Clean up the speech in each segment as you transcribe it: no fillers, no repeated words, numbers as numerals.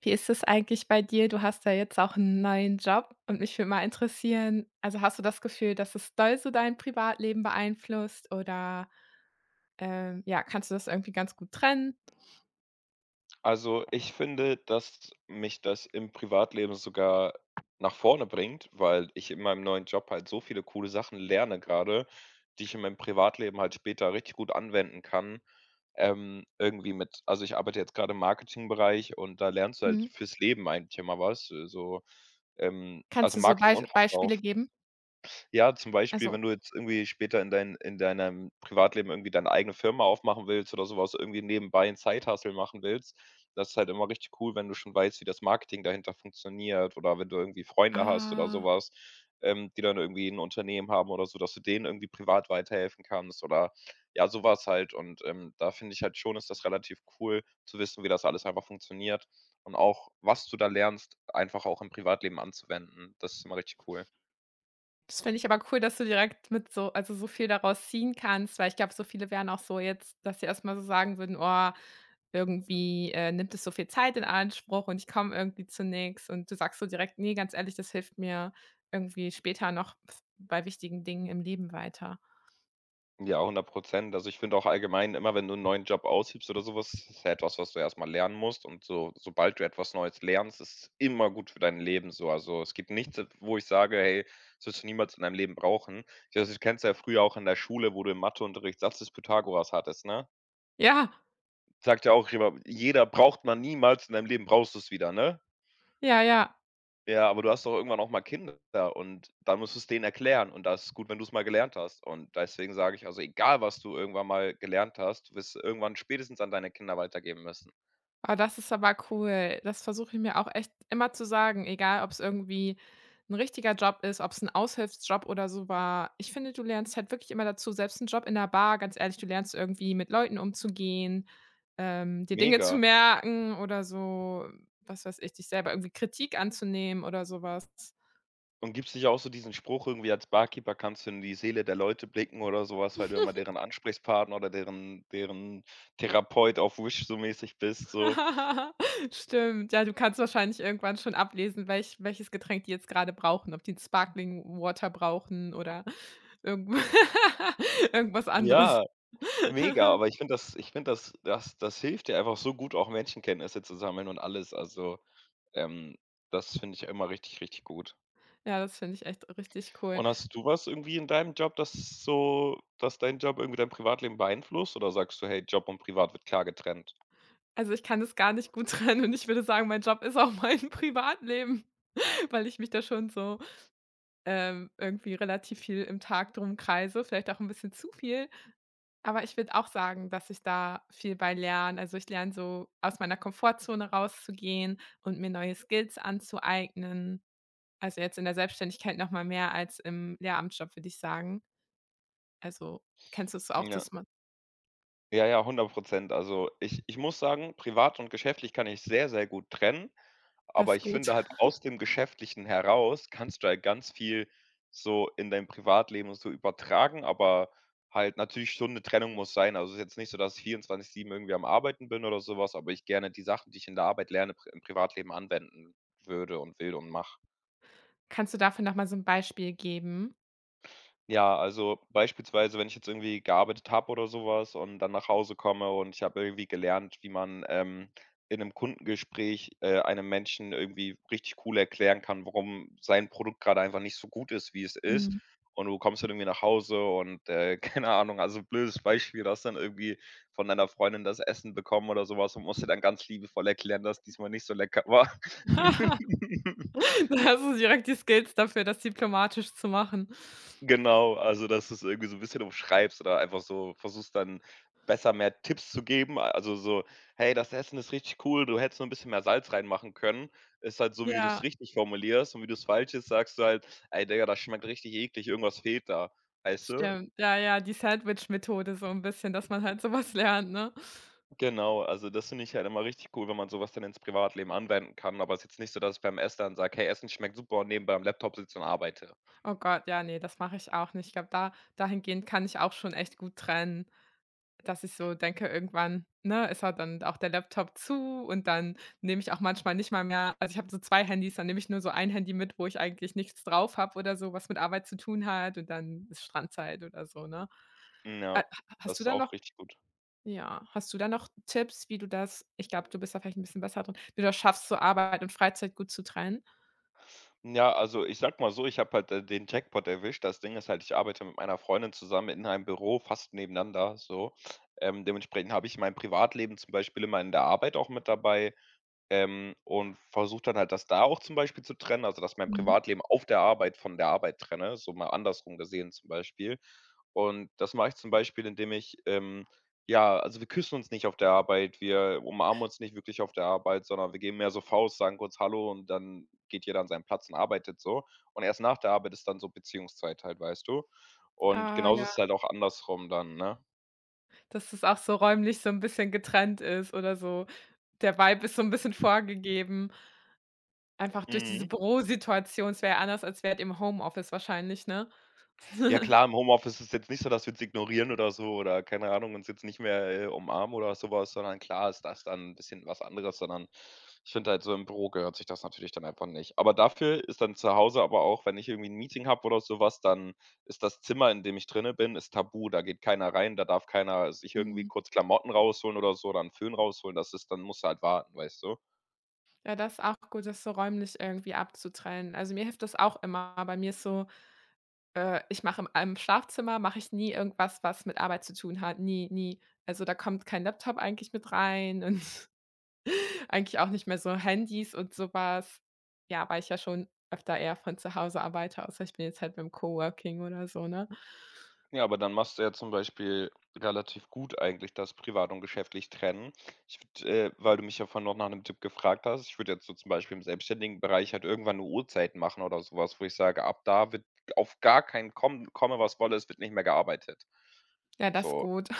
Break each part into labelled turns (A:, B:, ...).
A: Wie ist es eigentlich bei dir? Du hast ja jetzt auch einen neuen Job und mich würde mal interessieren, also, hast du das Gefühl, dass es doll so dein Privatleben beeinflusst oder, ja, kannst du das irgendwie ganz gut trennen?
B: Also, ich finde, dass mich das im Privatleben sogar nach vorne bringt, weil ich in meinem neuen Job halt so viele coole Sachen lerne gerade, die ich in meinem Privatleben halt später richtig gut anwenden kann. Irgendwie mit also, ich arbeite jetzt gerade im Marketingbereich und da lernst du halt
A: Mhm.
B: fürs Leben eigentlich immer was, so,
A: Kannst
B: also,
A: du so
B: Marketing und
A: Beispiele
B: Verkauf.
A: geben?
B: Ja, zum Beispiel,
A: Also,
B: wenn du jetzt irgendwie später in deinem Privatleben irgendwie deine eigene Firma aufmachen willst oder sowas, irgendwie nebenbei ein Side-Hustle machen willst, das ist halt immer richtig cool, wenn du schon weißt, wie das Marketing dahinter funktioniert oder wenn du irgendwie Freunde hast oder
A: ah.
B: sowas, die dann irgendwie ein Unternehmen haben oder so, dass du denen irgendwie privat weiterhelfen kannst oder ja, sowas halt. Und, da finde ich halt schon, ist das relativ cool zu wissen, wie das alles einfach funktioniert und auch, was du da lernst, einfach auch im Privatleben anzuwenden. Das ist immer richtig cool.
A: Das finde ich aber cool, dass du direkt mit so, also, so viel daraus ziehen kannst, weil ich glaube, so viele wären auch so jetzt, dass sie erst mal so sagen würden: „Oh, irgendwie, nimmt es so viel Zeit in Anspruch und ich komme irgendwie zu nichts. Und du sagst so direkt: Nee, ganz ehrlich, das hilft mir irgendwie später noch bei wichtigen Dingen im Leben weiter.“
B: Ja, 100%. Also, ich finde auch allgemein immer, wenn du einen neuen Job aushebst oder sowas, ist ja etwas, was du erst mal lernen musst und so sobald du etwas Neues lernst, ist es immer gut für dein Leben so. Also, es gibt nichts, wo ich sage: „Hey, das wirst du niemals in deinem Leben brauchen." Ich weiß, du kennst ja früher auch in der Schule, wo du im Matheunterricht Satz des Pythagoras hattest, ne?
A: Ja,
B: Sagt ja auch immer: „Jeder braucht man niemals, in deinem Leben brauchst du es wieder", ne?
A: ja, ja.
B: Ja, aber du hast doch irgendwann auch mal Kinder und dann musst du es denen erklären und das ist gut, wenn du es mal gelernt hast. Und deswegen sage ich, also egal, was du irgendwann mal gelernt hast, du wirst es irgendwann spätestens an deine Kinder weitergeben müssen.
A: Ah, das ist aber cool. Das versuche ich mir auch echt immer zu sagen, egal ob es irgendwie ein richtiger Job ist, ob es ein Aushilfsjob oder so war. Ich finde, du lernst halt wirklich immer dazu, selbst ein Job in der Bar, ganz ehrlich, du lernst irgendwie mit Leuten umzugehen, dir Dinge zu
B: Mega.
A: merken oder so, was weiß ich, dich selber irgendwie Kritik anzunehmen oder sowas.
B: Und gibst nicht auch so diesen Spruch irgendwie, als Barkeeper kannst du in die Seele der Leute blicken oder sowas, weil du immer deren Ansprechpartner oder deren Therapeut auf Wish so mäßig bist, so.
A: Stimmt, ja, du kannst wahrscheinlich irgendwann schon ablesen, welches Getränk die jetzt gerade brauchen, ob die 'n Sparkling Water brauchen oder irgend irgendwas anderes.
B: Ja, mega, aber ich finde, das hilft dir einfach so gut, auch Menschenkenntnisse zu sammeln und alles. Also Ähm, das finde ich immer richtig, richtig gut.
A: Ja, das finde ich echt richtig cool.
B: Und hast du was irgendwie in deinem Job, das dass dein Job irgendwie dein Privatleben beeinflusst oder sagst du: „Hey, Job und Privat wird klar getrennt?"
A: Also, ich kann das gar nicht gut trennen und ich würde sagen, mein Job ist auch mein Privatleben, weil ich mich da schon so, irgendwie relativ viel im Tag drum kreise, vielleicht auch ein bisschen zu viel. Aber ich würde auch sagen, dass ich da viel bei lerne. Also, ich lerne so, aus meiner Komfortzone rauszugehen und mir neue Skills anzueignen. Also, jetzt in der Selbstständigkeit noch mal mehr als im Lehramtsjob, würde ich sagen. Also, kennst du es auch,
B: Ja.
A: dass man
B: Ja, ja, 100%. Also, ich muss sagen, privat und geschäftlich kann ich sehr, sehr gut trennen. Aber
A: das
B: ich
A: gut.
B: finde halt, aus dem Geschäftlichen heraus kannst du halt ganz viel so in dein Privatleben so übertragen, aber halt natürlich schon 'ne Trennung muss sein. Also, es ist jetzt nicht so, dass ich 24/7 irgendwie am Arbeiten bin oder so was, aber ich gerne die Sachen, die ich in der Arbeit lerne, pri im Privatleben anwenden würde und will und mache.
A: Kannst du dafür noch mal so ein Beispiel geben?
B: Ja, also beispielsweise, wenn ich jetzt irgendwie gearbeitet habe oder sowas und dann nach Hause komme und ich habe irgendwie gelernt, wie man, in einem Kundengespräch, einem Menschen irgendwie richtig cool erklären kann, warum sein Produkt gerade einfach nicht so gut ist, wie es ist.
A: Mhm.
B: Und du kommst dann irgendwie nach Hause und, keine Ahnung, also blödes Beispiel, du hast dann irgendwie von deiner Freundin das Essen bekommen oder sowas und musst ihr dann ganz liebevoll erklären, dass diesmal nicht so lecker war.
A: Da hast du direkt die Skills dafür, das diplomatisch zu machen.
B: Genau, also, dass du's irgendwie so 'n bisschen umschreibst oder einfach so versuchst, dann besser mehr Tipps zu geben. Also, so: „Hey, das Essen ist richtig cool, du hättest nur 'n bisschen mehr Salz reinmachen können." Ist halt so, wie du's
A: Ja,
B: richtig formulierst, und wie du's Falsches sagst du halt: „Ey Digga, das schmeckt richtig eklig, irgendwas fehlt da." Weißt du?
A: stimmt. Ja, ja, die Sandwich-Methode so ein bisschen, dass man halt sowas lernt, ne?
B: Genau, also, das finde ich halt immer richtig cool, wenn man so was dann ins Privatleben anwenden kann, aber ist jetzt nicht so, dass ich beim Essen dann sage: „Hey, Essen schmeckt super" und nebenbei am Laptop sitze und arbeite.
A: Oh Gott, ja, nee, das mache ich auch nicht. Ich glaube, da dahingehend kann ich auch schon echt gut trennen, dass ich so denke, irgendwann, ne, ist halt dann auch der Laptop zu und dann nehme ich auch manchmal nicht mal mehr, also, ich habe so 2 Handys, dann nehme ich nur so ein Handy mit, wo ich eigentlich nichts drauf habe oder so, was mit Arbeit zu tun hat und dann ist Strandzeit oder so, ne?
B: Ja,
A: Ha
B: das
A: hast du
B: ist
A: da
B: auch
A: noch,
B: richtig gut.
A: ja, hast du da noch Tipps, wie du das, ich glaube, du bist da vielleicht ein bisschen besser drin, wie du das schaffst, so Arbeit und Freizeit gut zu trennen?
B: Ja, also ich sag mal so, ich habe halt, den Jackpot erwischt. Das Ding ist halt, ich arbeite mit meiner Freundin zusammen in einem Büro, fast nebeneinander so. Dementsprechend habe ich mein Privatleben zum Beispiel immer in der Arbeit auch mit dabei. Und versuche dann halt das da auch zum Beispiel zu trennen, also dass mein
A: Mhm.
B: Privatleben auf der Arbeit von der Arbeit trenne, so mal andersrum gesehen zum Beispiel. Und das mache ich zum Beispiel, indem ich, ja, also wir küssen uns nicht auf der Arbeit, wir umarmen uns nicht wirklich auf der Arbeit, sondern wir geben mehr so Faust, sagen kurz Hallo und dann geht jeder an seinen Platz und arbeitet so. Und erst nach der Arbeit ist dann so Beziehungszeit halt, weißt du? Und
A: Ah,
B: genauso ist
A: ja.
B: es halt auch andersrum dann, ne?
A: Dass es auch so räumlich so 'n bisschen getrennt ist oder so. Der Vibe ist so 'n bisschen vorgegeben, einfach durch diese
B: Mhm.
A: Bürosituation. Es wäre ja anders, als wärt ihr im Homeoffice wahrscheinlich, ne?
B: Ja klar, im Homeoffice ist es jetzt nicht so, dass wir uns ignorieren oder so oder keine Ahnung, uns jetzt nicht mehr, umarmen oder so was, sondern klar ist das dann 'n bisschen was anderes, sondern ich finde halt so im Büro gehört sich das natürlich dann einfach nicht. Aber dafür ist dann zu Hause aber auch, wenn ich irgendwie ein Meeting habe oder so was, dann ist das Zimmer, in dem ich drinne bin, ist tabu. Da geht keiner rein, da darf keiner sich irgendwie
A: Mhm.
B: kurz Klamotten rausholen oder so oder 'n Föhn rausholen. Das ist, dann musst du halt warten, weißt du?
A: Ja, das ist auch gut, das so räumlich irgendwie abzutrennen. Also, mir hilft das auch immer. Bei mir ist so, ich mache im Schlafzimmer mache ich nie irgendwas, was mit Arbeit zu tun hat. Nie, nie. Also, da kommt kein Laptop eigentlich mit rein und eigentlich auch nicht mehr so Handys und sowas. Ja, weil ich ja schon öfter eher von zu Hause arbeite, außer ich bin jetzt halt beim Coworking oder so, ne?
B: Ja, aber dann machst du ja zum Beispiel relativ gut eigentlich das privat und geschäftlich trennen. Ich würde, weil du mich ja vorhin noch nach einem Tipp gefragt hast, ich würde jetzt so zum Beispiel im selbstständigen Bereich halt irgendwann 'ne Uhrzeit machen oder sowas, wo ich sage: „Ab da wird auf gar keinen komme, was wolle, es wird nicht mehr gearbeitet."
A: Ja, das ist
B: So,
A: gut.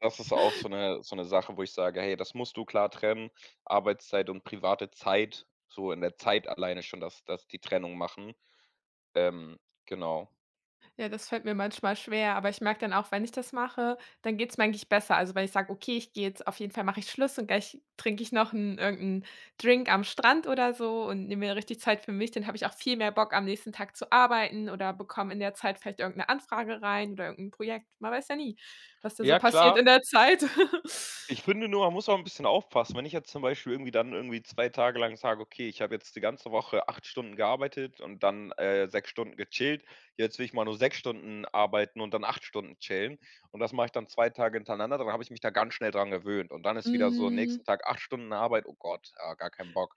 B: das ist auch so eine Sache, wo ich sage: „Hey, das musst du klar trennen, Arbeitszeit und private Zeit", so in der Zeit alleine schon dass die Trennung machen. Ähm, genau.
A: Ja, das fällt mir manchmal schwer, aber ich merke dann auch, wenn ich das mache, dann geht's mir eigentlich besser. Also, wenn ich sage: „Okay, ich gehe jetzt auf jeden Fall, mache ich Schluss und gleich trinke ich noch einen irgendeinen Drink am Strand oder so und nehme mir richtig Zeit für mich“, dann habe ich auch viel mehr Bock, am nächsten Tag zu arbeiten oder bekomme in der Zeit vielleicht irgendeine Anfrage rein oder irgendein Projekt. Man weiß ja nie, was da so
B: Ja,
A: passiert in
B: klar.
A: der Zeit.
B: Ich finde nur, man muss auch ein bisschen aufpassen. Wenn ich jetzt zum Beispiel irgendwie dann irgendwie 2 Tage lang sage: „Okay, ich habe jetzt die ganze Woche 8 Stunden gearbeitet und dann, 6 Stunden gechillt. Jetzt will ich mal nur 6 Stunden arbeiten und dann 8 Stunden chillen." Und das mache ich dann 2 Tage hintereinander, dann habe ich mich da ganz schnell dran gewöhnt. Und dann ist wieder so
A: Hm,
B: nächsten Tag 8 Stunden Arbeit: „Oh Gott, ah, gar keinen Bock."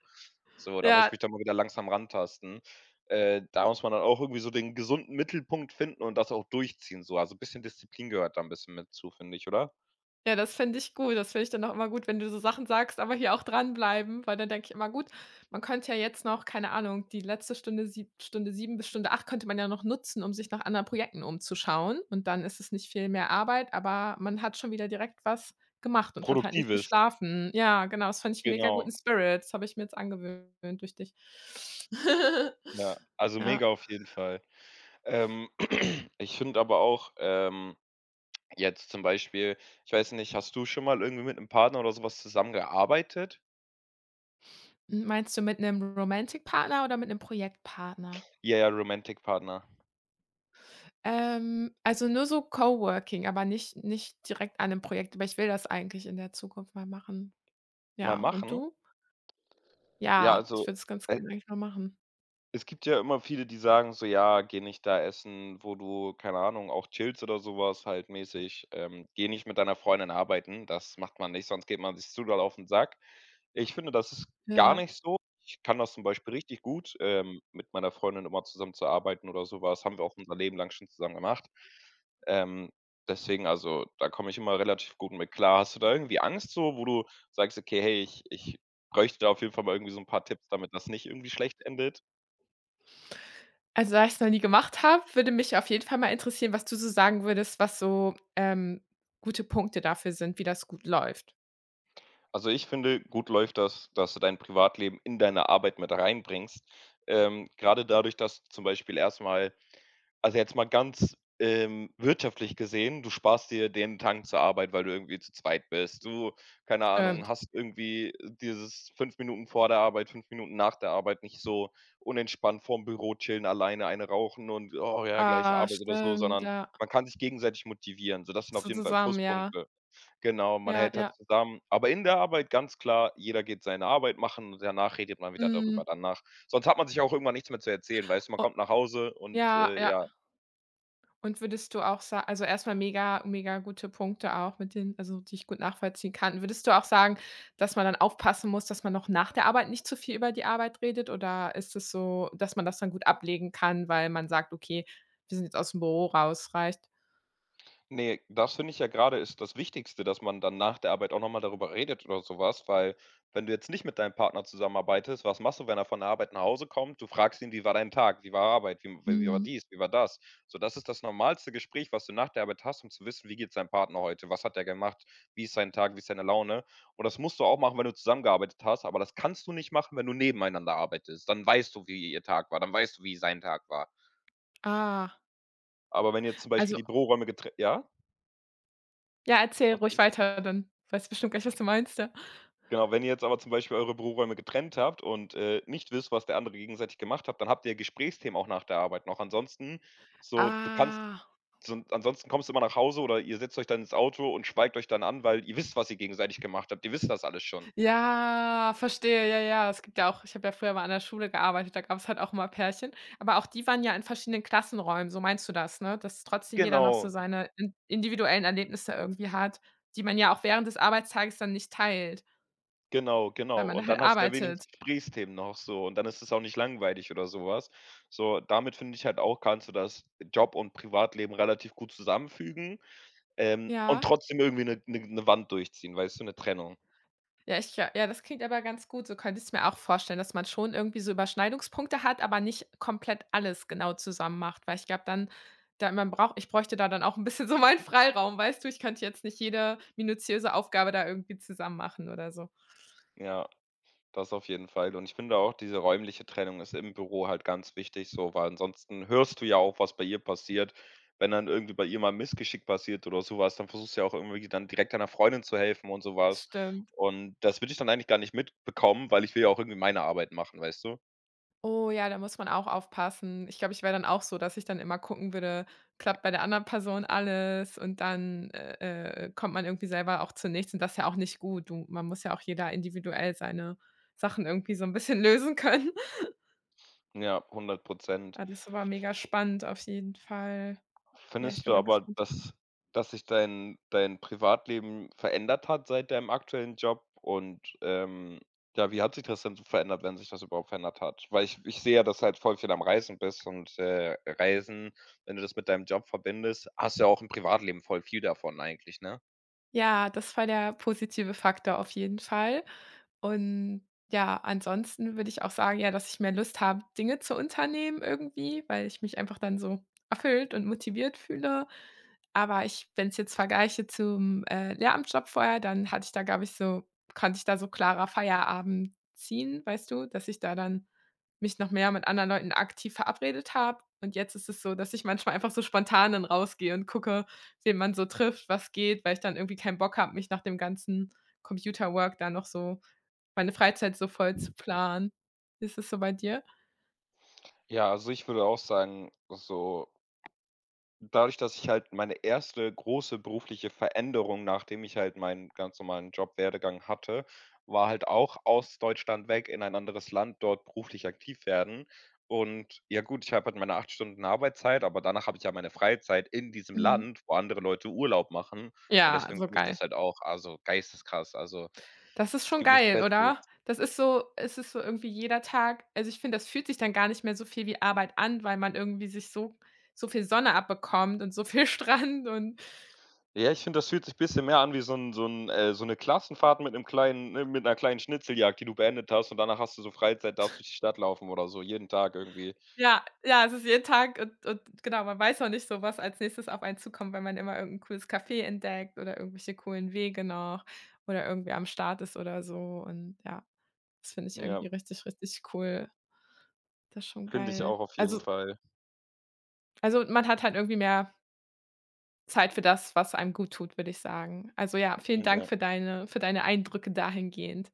B: So, da muss ich
A: ja,
B: mich dann mal wieder langsam rantasten. Da muss man dann auch irgendwie so den gesunden Mittelpunkt finden und das auch durchziehen so. Also, ein bisschen Disziplin gehört da ein bisschen mit zu, finde ich, oder?
A: ja, das fände ich gut. Das finde ich dann auch immer gut, wenn du so Sachen sagst, aber hier auch dranbleiben, weil dann denke ich immer: „Gut, man könnte ja jetzt noch, keine Ahnung, die letzte Stunde, sieb Stunde 7 bis Stunde 8 könnte man ja noch nutzen, um sich nach anderen Projekten umzuschauen.“ Und dann ist es nicht viel mehr Arbeit, aber man hat schon wieder direkt was gemacht und hat halt nicht
B: Produktives.
A: geschlafen. Ja, genau, das fand ich 'n mega guten
B: Genau,
A: Spirit. Das habe ich mir jetzt angewöhnt durch dich.
B: ja. Also,
A: Ja.
B: mega auf jeden Fall. Ähm, Ich finde aber auch, jetzt zum Beispiel, ich weiß nicht, hast du schon mal irgendwie mit einem Partner oder sowas zusammengearbeitet?
A: Meinst du mit einem Romantic-Partner oder mit einem Projektpartner?
B: Ja, ja, Romantic Partner.
A: Also nur so Coworking, aber nicht direkt an 'nem Projekt, aber ich will das eigentlich in der Zukunft mal machen.
B: Mal
A: Ja, und
B: machen?
A: du?
B: Ja,
A: Ja,
B: also,
A: ich würde es ganz
B: äh
A: gerne eigentlich mal machen.
B: es gibt ja immer viele, die sagen so: „Ja, geh nicht da essen, wo du, keine Ahnung, auch chillst oder sowas halt mäßig. Geh nicht mit deiner Freundin arbeiten. Das macht man nicht, sonst geht man sich zu doll auf den Sack." Ich finde, das ist gar
A: Ja.
B: nicht so. Ich kann das zum Beispiel richtig gut, mit meiner Freundin immer zusammen zu arbeiten oder sowas. Haben wir auch unser Leben lang schon zusammen gemacht. Ähm, deswegen also, da komme ich immer relativ gut mit klar. Hast du da irgendwie Angst so, wo du sagst: „Okay, hey, ich bräuchte da auf jeden Fall mal irgendwie so ein paar Tipps, damit das nicht irgendwie schlecht endet?"
A: Also, da ich es noch nie gemacht habe, würde mich auf jeden Fall mal interessieren, was du so sagen würdest, was so, gute Punkte dafür sind, wie das gut läuft.
B: Also, ich finde, gut läuft das, dass du dein Privatleben in deine Arbeit mit reinbringst. Grade dadurch, dass du zum Beispiel erstmal, also, jetzt mal ganz, wirtschaftlich gesehen, du sparst dir den Tank zur Arbeit, weil du irgendwie zu zweit bist. Du, keine Ahnung,
A: Stimmt.
B: hast irgendwie dieses 5 Minuten vor der Arbeit, 5 Minuten nach der Arbeit nicht so unentspannt vorm Büro chillen, alleine eine rauchen und: „Oh ja, gleich
A: Ah,
B: Arbeit" oder so,
A: stimmt,
B: sondern
A: ja.
B: man kann sich gegenseitig motivieren. So, das sind auf
A: So
B: jeden Fall
A: zusammen, ja.
B: Pluspunkte. Genau, man
A: Ja,
B: hält halt
A: ja.
B: zusammen. Aber in der Arbeit ganz klar, jeder geht seine Arbeit machen und danach redet man wieder darüber.
A: Mhm.
B: Danach sonst hat man sich auch irgendwann nichts mehr zu erzählen, weißt du? Man
A: O
B: kommt nach Hause und,
A: ja, ja.
B: ja.
A: Und würdest du auch sa also, erstmal mega, mega gute Punkte auch mit den, also, die ich gut nachvollziehen kann. Würdest du auch sagen, dass man dann aufpassen muss, dass man noch nach der Arbeit nicht zu viel über die Arbeit redet oder ist es so, dass man das dann gut ablegen kann, weil man sagt: „Okay, wir sind jetzt aus dem Büro raus“, reicht?
B: Ne, das finde ich ja gerade ist das Wichtigste, dass man dann nach der Arbeit auch noch mal darüber redet oder sowas, weil wenn du jetzt nicht mit deinem Partner zusammenarbeitest, was machst du, wenn er von der Arbeit nach Hause kommt? Du fragst ihn: „Wie war dein Tag? Wie war Arbeit? Wie war
A: Mhm.
B: dies? Wie war das?" So, das ist das normalste Gespräch, was du nach der Arbeit hast, um zu wissen: „Wie geht es deinem Partner heute? Was hat er gemacht? Wie ist sein Tag? Wie ist seine Laune?" Und das musst du auch machen, wenn du zusammengearbeitet hast, aber das kannst du nicht machen, wenn du nebeneinander arbeitest. Dann weißt du, wie ihr Tag war, dann weißt du, wie sein Tag war.
A: Ah,
B: Aber wenn jetzt zum Beispiel
A: also
B: die Büroräume getrennt, ja?
A: ja, erzähl
B: Was
A: ruhig weiter, dann weißt du bestimmt gleich, was du meinst, ja.
B: Genau, wenn ihr jetzt aber zum Beispiel eure Büroräume getrennt habt und, nicht wisst, was der andere gegenseitig gemacht hat, dann habt ihr ja Gesprächsthemen auch nach der Arbeit noch. Ansonsten so du kannst
A: Ah.
B: so ansonsten kommst du immer nach Hause oder ihr setzt euch dann ins Auto und schweigt euch dann an, weil ihr wisst, was ihr gegenseitig gemacht habt. Ihr wisst das alles schon.
A: Ja, verstehe, ja, ja. Es gibt ja auch, ich habe ja früher mal an der Schule gearbeitet, da gab es halt auch immer Pärchen, aber auch die waren ja in verschiedenen Klassenräumen, so meinst du das, ne? Dass trotzdem jeder noch so
B: Genau,
A: seine in individuellen Erlebnisse irgendwie hat, die man ja auch während des Arbeitstages dann nicht teilt,
B: genau,
A: weil
B: genau.
A: man da
B: Und dann
A: halt
B: hast du ja
A: arbeitet.
B: wenigstens Gesprächsthemen noch so und dann ist es auch nicht langweilig oder sowas. So, damit finde ich halt auch, kannst du das Job und Privatleben relativ gut zusammenfügen, und
A: Ja.
B: trotzdem irgendwie eine Wand durchziehen, weißt du, eine Trennung.
A: Ja, ich, ja, ja, das klingt aber ganz gut. So könnte ich es mir auch vorstellen, dass man schon irgendwie so Überschneidungspunkte hat, aber nicht komplett alles genau zusammen macht, weil ich glaube dann, da man braucht ich bräuchte da dann auch ein bisschen so meinen Freiraum, weißt du? Ich könnte jetzt nicht jede minutiöse Aufgabe da irgendwie zusammen machen oder so.
B: Ja, das auf jeden Fall. Und ich finde auch, diese räumliche Trennung ist im Büro halt ganz wichtig so, weil ansonsten hörst du ja auch, was bei ihr passiert. Wenn dann irgendwie bei ihr mal 'n Missgeschick passiert oder so was, dann versuchst du ja auch irgendwie dann direkt deiner Freundin zu helfen und so was.
A: Stimmt.
B: Und das würde ich dann eigentlich gar nicht mitbekommen, weil ich will ja auch irgendwie meine Arbeit machen, weißt du?
A: Oh ja, da muss man auch aufpassen. Ich glaube, ich wäre dann auch so, dass ich dann immer gucken würde, klappt bei der anderen Person alles und dann, kommt man irgendwie selber auch zu nichts und das ist ja auch nicht gut. Du, man muss ja auch jeder individuell seine Sachen irgendwie so ein bisschen lösen können.
B: Ja, hundert Prozent.
A: Ah, das war mega spannend auf jeden Fall. Ja, ich
B: Findest
A: bin
B: du
A: mal
B: aber,
A: gespannt.
B: dass sich dein Privatleben verändert hat seit deinem aktuellen Job? Und, ja, wie hat sich das denn so verändert, wenn sich das überhaupt verändert hat? Weil ich sehe ja, dass du halt voll viel am Reisen bist und, Reisen, wenn du das mit deinem Job verbindest, hast du ja auch im Privatleben voll viel davon eigentlich, ne?
A: Ja, das war der positive Faktor auf jeden Fall. Und ja, ansonsten würde ich auch sagen, ja, dass ich mehr Lust habe, Dinge zu unternehmen irgendwie, weil ich mich einfach dann so erfüllt und motiviert fühle. Aber ich, wenn ich jetzt vergleiche zum, Lehramtsjob vorher, dann hatte ich da, glaube ich, so konnte ich da so klarer Feierabend ziehen, weißt du, dass ich da dann mich noch mehr mit anderen Leuten aktiv verabredet habe. Und jetzt ist es so, dass ich manchmal einfach so spontan dann rausgehe und gucke, wen man so trifft, was geht, weil ich dann irgendwie keinen Bock habe, mich nach dem ganzen Computerwork da noch so meine Freizeit so voll zu planen. Ist es so bei dir?
B: Ja, also ich würde auch sagen, so, dadurch, dass ich halt meine erste große berufliche Veränderung, nachdem ich halt meinen ganz normalen Jobwerdegang hatte, war halt auch aus Deutschland weg, in ein anderes Land, dort beruflich aktiv werden. Und ja gut, ich habe halt meine 8 Stunden Arbeitszeit, aber danach habe ich ja meine Freizeit in diesem
A: Mhm.
B: Land, wo andere Leute Urlaub machen. Und
A: Ja,
B: deswegen
A: so
B: finde ich
A: geil.
B: das halt auch, also geisteskrass. Also
A: Das ist
B: es
A: schon
B: gibt nichts
A: geil,
B: Besseres.
A: oder? Das ist so, es ist so irgendwie jeder Tag, also, ich finde, das fühlt sich dann gar nicht mehr so viel wie Arbeit an, weil man irgendwie sich so so viel Sonne abbekommt und so viel Strand und
B: Ja, ich finde, das fühlt sich bisschen mehr an wie so 'ne Klassenfahrt mit 'nem kleinen, ne, mit 'ner kleinen Schnitzeljagd, die du beendet hast und danach hast du so Freizeit, darfst durch die Stadt laufen oder so, jeden Tag irgendwie.
A: ja, ja, es ist jeden Tag und genau, man weiß noch nicht so, was als Nächstes auf einen zukommt, wenn man immer irgendein cooles Café entdeckt oder irgendwelche coolen Wege noch oder irgendwie am Start ist oder so und ja, das finde ich
B: Ja,
A: irgendwie richtig, richtig cool. Das ist schon
B: finde ich auch
A: geil.
B: auf jeden
A: Also
B: Fall.
A: also, man hat halt irgendwie mehr Zeit für das, was einem gut tut, würde ich sagen. Also ja, vielen
B: Mhm,
A: Dank für
B: ja.
A: deine, für deine Eindrücke dahingehend.